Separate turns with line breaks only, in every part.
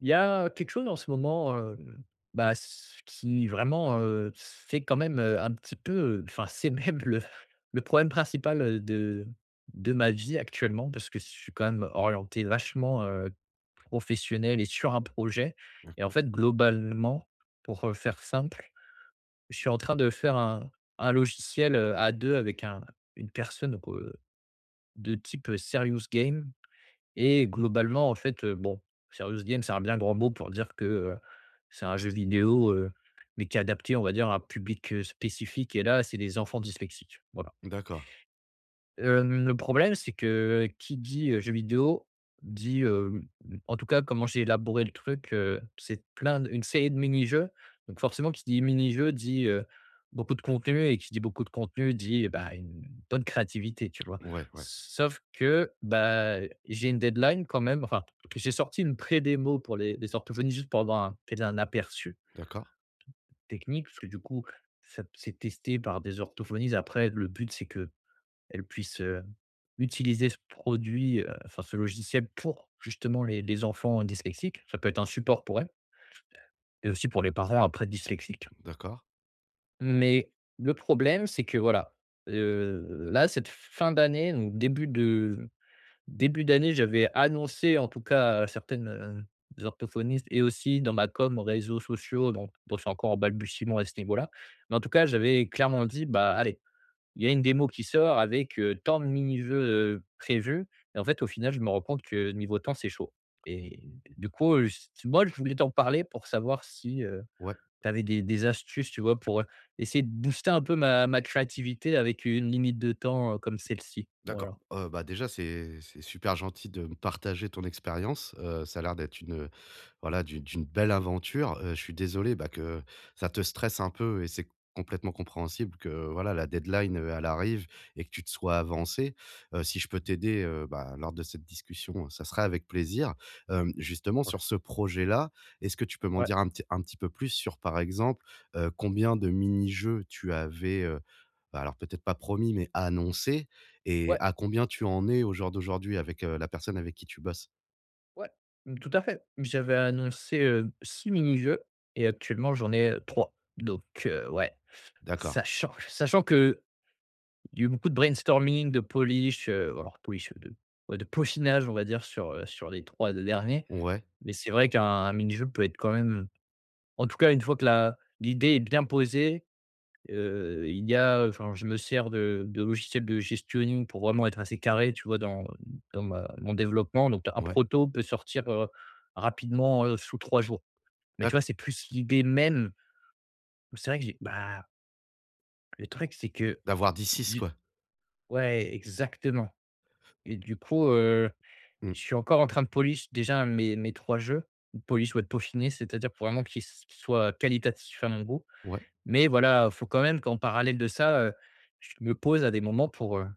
Il y a quelque chose en ce moment, bah, s qui vraiment, fait quand même, un petit peu, enfin, c'est même le problème principal, de ma vie actuellement parce que je suis quand même orienté vachement, professionnel et sur un projet. Et en fait, globalement, pour, faire simple, je suis en train de faire un logiciel, à 2 avec un une personne, donc, de type, serious game. Et globalement, en fait, bon, serious game, c'est un bien grand mot pour dire que, c'est un jeu vidéo, mais qui est adapté, on va dire, à un public, spécifique, et là, c'est des enfants dyslexiques. Voi
D'accord.
Le problème, c'est que qui dit, jeux vidéo dit, en tout cas comment j'ai élaboré le truc, c'est plein d une série de mini-jeux. Donc forcément, qui dit mini-jeux dit, beaucoup de contenu, et qui dit beaucoup de contenu dit, bah, une bonne créativité, tu vois?
Mmh. Ouais, ouais.
Sauf que, bah, j'ai une deadline quand même, enfin, j'ai sorti une pré-démo pour les orthophonistes, juste pour avoir un peut-être un aperçu
D'accord,
technique, parce que du coup, ça p c'est testé par des orthophonistes. Après le but, c'est que elle puisse, utiliser ce produit, enfin ce logiciel pour justement les enfants dyslexiques. Ça peut être un support pour elles, et aussi pour les parents après dyslexiques.
d'accord.
Mais le problème, c'est que voilà, là, cette fin d'année, donc début d'année, j'avais annoncé en tout cas à certaines, orthophonistes, et aussi dans ma com, réseaux sociaux, donc bon, c'est encore en balbutiement à ce niveau-là. Mais en tout cas, j'avais clairement dit: «Bah, allez, il y a une démo qui sort avec, tant de mini-jeux, prévus.» Et en fait, au final, je me rends compte que niveau temps, c'est chaud. Et du coup, s moi, je voulais t'en parler pour savoir si,
Ouais,
tu avais des astuces, tu vois? Pour, essayer de booster un peu ma créativité avec une limite de temps, comme celle-ci.
d'accord.
Voilà.
Bah, déjà, c'est super gentil de me partager ton expérience. Ça a l'air d'être une, voilà, d'une belle aventure, je suis désolé, bah, que ça te stresse un peu et c'est complètement compréhensible que, voilà, la deadline, elle arrive et que tu te sois avancé. Si je peux t'aider, bah, lors de cette discussion, ça serait avec plaisir. Justement
Ouais.
sur ce projet-là, est-ce que tu peux m'en
Ouais,
dire un petit peu plus sur, par exemple, combien de mini-jeux tu avais, bah, alors peut-être pas promis, mais annoncé, et
ouais,
à combien tu en es au jour d'aujourd'hui avec, la personne avec qui tu bosses?
ouais, mmh, tout à fait. J'avais annoncé, 6 mini-jeux, et actuellement, j'en ai, 3, donc ouais,
D'accord.
sachant que il y a eu beaucoup de brainstorming, de polish, alors polish, de ouais, de peaufinage, on va dire, sur, sur les 3 derniers.
Ouais,
Mais c'est vrai qu'un mini-jeu peut être quand même, en tout cas, une fois que la l'idée est bien posée, il y a enfin, je me sers de logiciels de gestionning pour vraiment être assez carré, tu vois, dans ma mon développement. Donc un
ouais.
proto peut sortir, rapidement, sous 3 jours. Mais tu vois, c'est plus l'idée même. C'est vrai que j'ai bah, le truc, c'est que
D'avoir dit 6
du
quoi?
ouais, exactement. Et du coup,
Mmh.
je suis encore en train de polish déjà mes 3 jeux. Polish ou être peaufiné, c'est-à-dire pour vraiment qu'ils soient qualitatifs à mon goût.
Ouais,
Mais voilà, faut quand même qu'en parallèle de ça, je me pose à des moments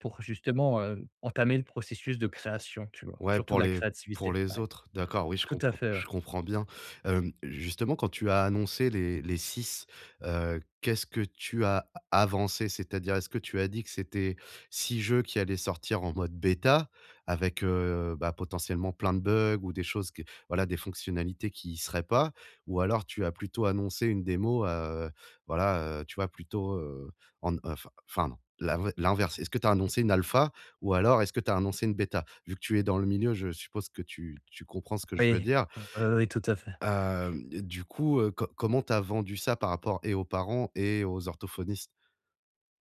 pour justement, entamer le processus de création, tu vois?
ouais,
Surtout de
pour
la
les
créativité, ouais.
autres. D'accord, oui, je
Tout à
comprends
fait, ouais.
je comprends bien. Justement quand tu as annoncé les six, qu'est-ce que tu as avancé? C'est-à-dire, est-ce que tu as dit que c'était 6 jeux qui allaient sortir en mode bêta avec, bah, potentiellement plein de bugs ou des choses que voilà, des fonctionnalités qui y seraient pas? Ou alors tu as plutôt annoncé une démo, voilà, tu vois plutôt, en enfin enfin non, l'inverse. Est-ce que tu as annoncé une alpha? Ou alors est-ce que tu as annoncé une bêta? Vu que tu es dans le milieu, je suppose que tu comprends ce que je veux
Oui,
dire.
oui, tout à fait.
Du coup, co comment tu as vendu ça par rapport et aux parents et aux orthophonistes?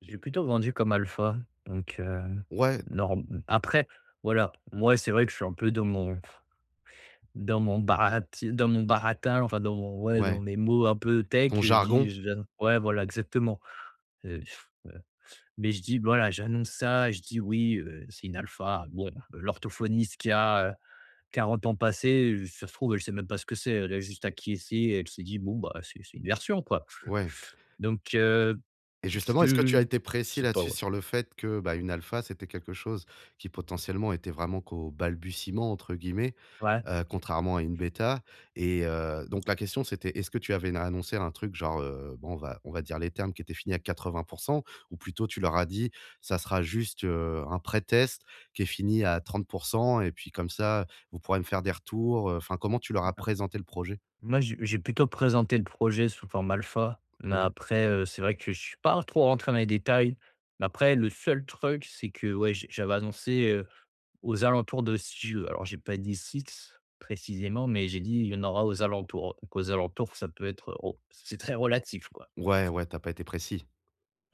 J'ai plutôt vendu comme alpha, donc
Ouais,
norm après, voilà, moi, c'est vrai que je suis un peu dans mon Dans mon barat dans mon baratin, enfin dans mon ouais, dans
ouais,
mes mots un peu tech,
ton
je dis:
jargon?
«Je viens», ouais, voilà, exactement. Heu, heu, mais je dis: «Voilà, j'annonce ça», je dis: «Oui, c'est une alpha.» Bon, l'orthophoniste qui a, 40 ans passés, ça se trouve, elle sait même pas ce que c'est. Elle a juste acquiescé, elle s'est dit: «Bon, bah, c'est une version, quoi.»
Ouais,
Donc
et justement, est-ce que tu
je
as été
je
précis
sais pas,
là-dessus
ouais.
sur le fait que, bah, une alpha, c'était quelque chose qui potentiellement était vraiment qu'au «balbutiement» entre guillemets
Ouais.
contrairement à une bêta et donc la question c'était: «Est-ce que tu avais annoncé un truc genre, bon, on va dire les termes qui étaient finis à 80, ou plutôt tu leur as dit: «Ça sera juste, un pré-test qui est fini à 30, et puis comme ça, vous pourrez me faire des retours», enfin comment tu leur as présenté le projet?
Moi, j'ai plutôt présenté le projet sous forme alpha, mais
Ouais.
après, c'est vrai que je suis pas trop rentré dans les détails. Mais après, le seul truc, c'est que, ouais, j'avais annoncé, aux alentours de six jeux. Alors, j'ai pas dit 6 précisément, mais j'ai dit: «Il y en aura aux alentours.» Donc aux alentours, ça peut être, oh, c'est très relatif, quoi.
Ouais, ouais, t'as pas été précis.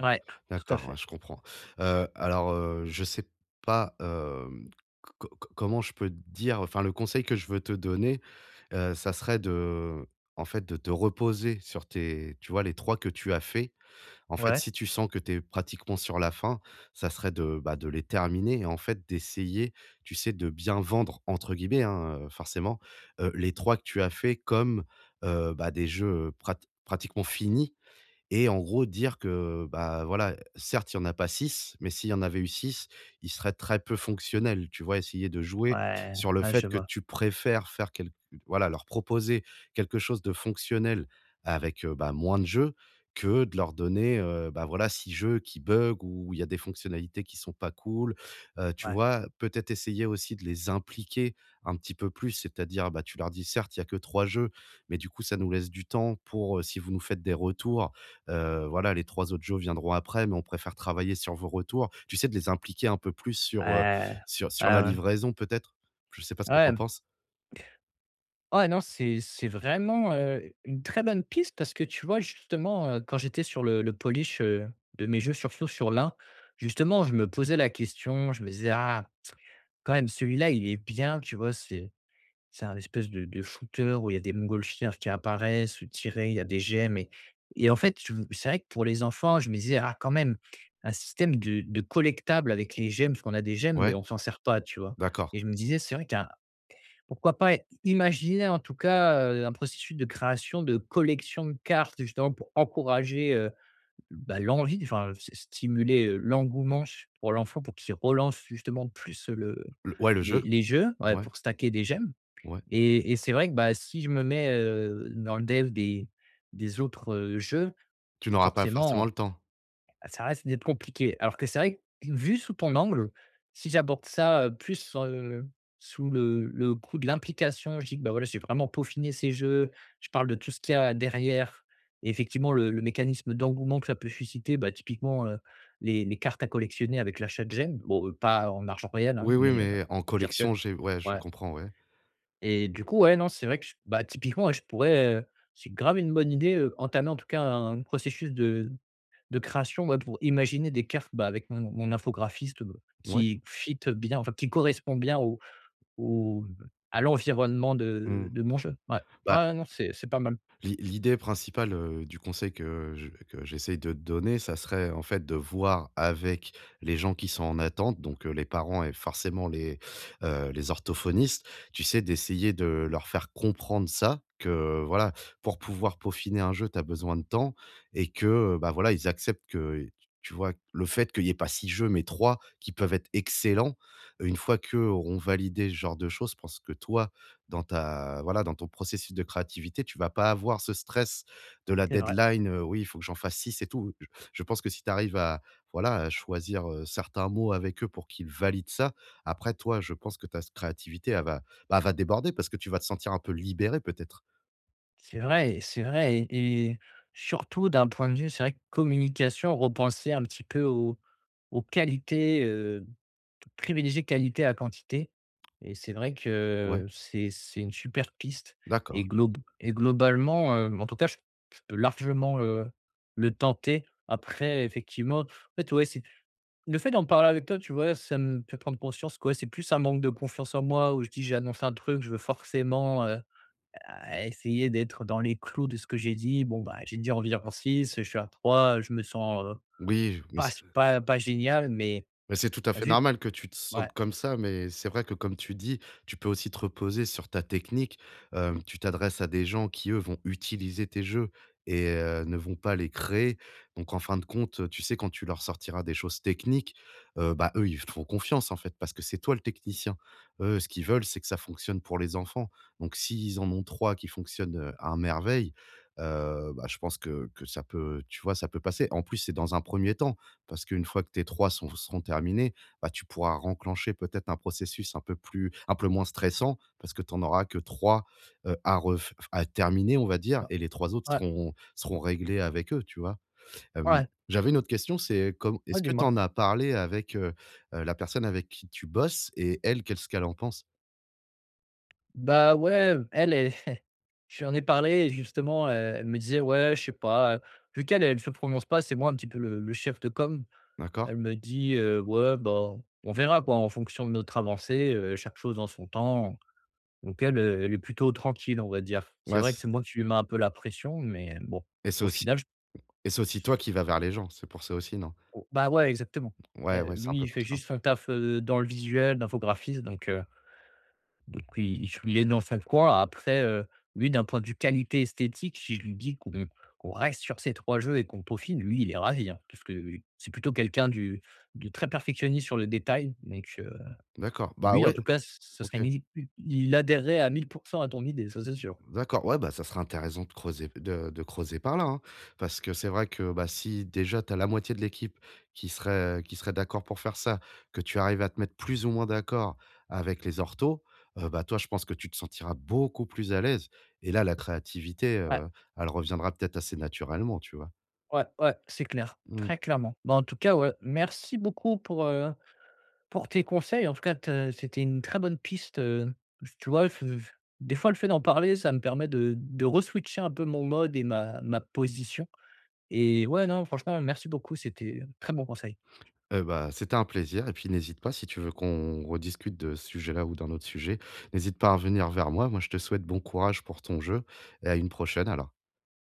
Ouais, tout à
D'accord, ouais,
fait.
je comprends. Alors, je sais pas, hem, co co comment je peux te dire, enfin le conseil que je veux te donner. Ça serait de, en fait, de te reposer sur tes tu vois, les 3 que tu as fait. En fait,
Ouais,
si tu sens que tu es pratiquement sur la fin, ça serait de, bah, de les terminer et en fait, d'essayer, tu sais, de bien «vendre» entre guillemets, hein, forcément, les 3 que tu as fait comme, bah, des jeux, pratiquement finis et en gros dire que, bah, voilà, certes, il y en a pas six, mais s'il y en avait eu six, ils seraient très peu fonctionnels, tu vois? Essayer de jouer
ouais,
sur le
ouais, je
fait que
vois.
tu préfères faire quel, voilà, leur proposer quelque chose de fonctionnel avec, bah, moins de jeux que de leur donner, bah, voilà, 6 jeux qui bug ou il y a des fonctionnalités qui sont pas cool, tu
Ouais,
vois? Peut-être essayer aussi de les impliquer un petit peu plus, c'est-à-dire, bah, tu leur dis: «Certes, il y a que 3 jeux, mais du coup, ça nous laisse du temps pour, si vous nous faites des retours. Voilà, les 3 autres Joe viendront après, mais on préfère travailler sur vos retours». Tu sais, de les impliquer un peu plus sur, heu,
ouais,
sur sur
ouais,
la
ouais.
livraison peut-être? Je sais pas ce que tu
Ouais.
en penses?
Ouais, non, c'est vraiment, une très bonne piste, parce que tu vois, justement, quand j'étais sur le polish, de mes jeux, surtout sur l'1, justement, je me posais la question, je me disais: «Ah, quand même, celui-là, il est bien», tu vois? C'est un espèce de shooter où il y a des montgolfières qui apparaissent, où tirer, il y a des gemmes. Et en fait, je c'est vrai que pour les enfants, je me disais: «Ah, quand même, un système de collectables avec les gemmes», parce qu'on a des gemmes, mais
Ouais,
on s'en sert pas, tu vois? Et
d'accord.
je me disais: «C'est vrai qu'un, pourquoi pas imaginer, en tout cas, un processus de création de collection de cartes, justement pour encourager, bah, l'envie, enfin, s stimuler, l'engouement ch pour l'enfant, pour qu'il relance justement plus le
Le Ouais, le
les
jeu?
les jeux, ouais,
Ouais,
pour stacker des gemmes.»
ouais.
Et c'est vrai que, bah, si je me mets, dans le dev des autres, jeux,
Tu n'auras pas forcément
forcément,
le temps.
ah, ça reste d'être compliqué. Alors que c'est vrai que, vu sous ton angle, si j'aborde ça, plus, sous le coup de l'implication, je dis que, bah, voilà, j'ai vraiment peaufiné ces jeux, je parle de tout ce qu'il y a derrière, et effectivement le mécanisme d'engouement que ça peut susciter, bah, typiquement, les cartes à collectionner avec l'achat de gemmes. Bon, pas en argent réel, hein,
Oui, oui,
mais,
mais en
virtuel.
collection, j'ai ouais, je
Ouais.
comprends, ouais.
Et du coup, ouais, non, c'est vrai que je bah, typiquement, ouais, je pourrais, c'est grave une bonne idée, entamer en tout cas un processus de création, ouais, pour imaginer des cartes, bah, avec mon infographiste,
Ouais.
qui fit bien, enfin qui correspond bien au au à l'environnement de
Mmh.
de mon jeu. Ouais.
Bah,
Ouais, non, c'est pas mal.
l'idée principale, du conseil que je que j'essaye de te donner, ça serait, en fait, de voir avec les gens qui sont en attente, donc les parents et forcément les orthophonistes, tu sais, d'essayer de leur faire comprendre ça, que, voilà, pour pouvoir peaufiner un jeu, tu as besoin de temps et que, bah, voilà, ils acceptent que, tu vois, le fait qu'il y ait pas 6 jeux, mais 3 qui peuvent être excellents, une fois qu'eux auront validé ce genre de choses, je pense que toi, dans ta voilà, dans ton processus de créativité, tu vas pas avoir ce stress de la
C'est vrai.
deadline: «Oui, il faut que j'en fasse 6 et tout». Je pense que si tu arrives à, voilà, à choisir, certains mots avec eux pour qu'ils valident ça, après toi, je pense que ta s créativité, elle va, bah, elle va déborder parce que tu vas te sentir un peu libéré peut-être?
C'est vrai, et surtout d'un point de vue, c'est vrai que communication, repenser un petit peu aux qualités, privilégier qualité à quantité, et c'est vrai que
Ouais,
c'est une super piste. et
d'accord.
glob et globalement, en tout cas, je peux largement, le tenter. Après effectivement, en fait, ouais, c'est le fait d'en parler avec toi, tu vois, ça me fait prendre conscience que, ouais, c'est plus un manque de confiance en moi où je dis: «J'ai annoncé un truc, je veux forcément, à essayer d'être dans les clous de ce que j'ai dit.» Bon, bah, j'ai dit environ six, je suis à trois, je me sens,
Oui, mais
pas,
c
pas, pas génial, mais
Mais c'est tout à fait
vu
normal que tu te
ouais,
sentes comme ça, mais c'est vrai que comme tu dis, tu peux aussi te reposer sur ta technique. Tu t'adresses à des gens qui, eux, vont utiliser tes jeux et ne vont pas les créer. Donc en fin de compte, tu sais, quand tu leur sortiras des choses techniques, bah, eux, ils te font confiance, en fait, parce que c'est toi le technicien. Eux, ce qu'ils veulent, c'est que ça fonctionne pour les enfants. Donc s'ils en ont 3 qui fonctionnent, à merveille, bah, je pense que ça peut, tu vois, ça peut passer. En plus, c'est dans un premier temps. Parce qu'une fois que tes 3 sont seront terminés, bah, tu pourras renclencher peut-être un processus un peu plus un peu moins stressant parce que tu en auras que trois, à ref à terminer, on va dire,
ouais,
et les 3 autres
ouais,
seront réglés avec eux, tu vois? Hem,
ouais.
j'avais une autre question, c'est comme,
Ouais,
est-ce que tu
dis-moi.
en as parlé avec, la personne avec qui tu bosses et elle, qu'est-ce qu'elle en pense?
Bah, ouais, elle, j'en ai parlé, et justement, elle me disait: «Ouais, je sais pas», vu qu'elle, elle se prononce pas, c'est moi un petit peu le chef de com.
D'accord?
Elle me dit: ouais, bah, on verra quoi, en fonction de notre avancée, chaque chose en son temps.» Donc elle, elle est plutôt tranquille, on va dire. C'est
Ouais,
vrai que
c
c'est moi qui lui mets un peu la pression, mais bon,
et c'est
au
aussi
final, je
et c'est aussi toi qui vas vers les gens, c'est pour ça aussi, non?
oh, bah, ouais, exactement.
Ouais, ouais, c'est un
Lui, il
peu
fait
plus ça.
juste son taf, dans le visuel, l'infographiste, donc donc il je lui ai dans sa coin. Après, lui, d'un point de vue qualité esthétique, si je lui dis qu'on reste sur ces 3 jeux et qu'on peaufine, lui, il est ravi, hein, parce que c'est plutôt quelqu'un du de très perfectionniste sur le détail, donc
D'accord, bah,
lui, en
ouais,
tout cas, ce ce serait
OK.
une i il adhérerait à 1000 à ton idée, ça, c'est sûr.
D'accord, ouais, bah, ça serait intéressant de creuser par là, hein. Parce que c'est vrai que, bah, si déjà tu as la moitié de l'équipe qui serait d'accord pour faire ça, que tu arrives à te mettre plus ou moins d'accord avec les orthos, bah, toi, je pense que tu te sentiras beaucoup plus à l'aise et là, la créativité,
Ouais,
heu, elle reviendra peut-être assez naturellement, tu vois?
ouais, ouais, c'est clair,
Mmh.
très clairement. Bah, en tout cas, ouais, merci beaucoup pour tes conseils. En tout cas, te c'était une très bonne piste, tu vois? F f Des fois, le fait d'en parler, ça me permet de re-switcher un peu mon mode et ma position, et ouais, non, franchement, merci beaucoup, c'était, très bon conseil.
Bah, c'était un plaisir et puis n'hésite pas si tu veux qu'on rediscute de ce sujet-là ou d'un autre sujet, n'hésite pas à venir vers moi. Moi, je te souhaite bon courage pour ton jeu et à une prochaine alors.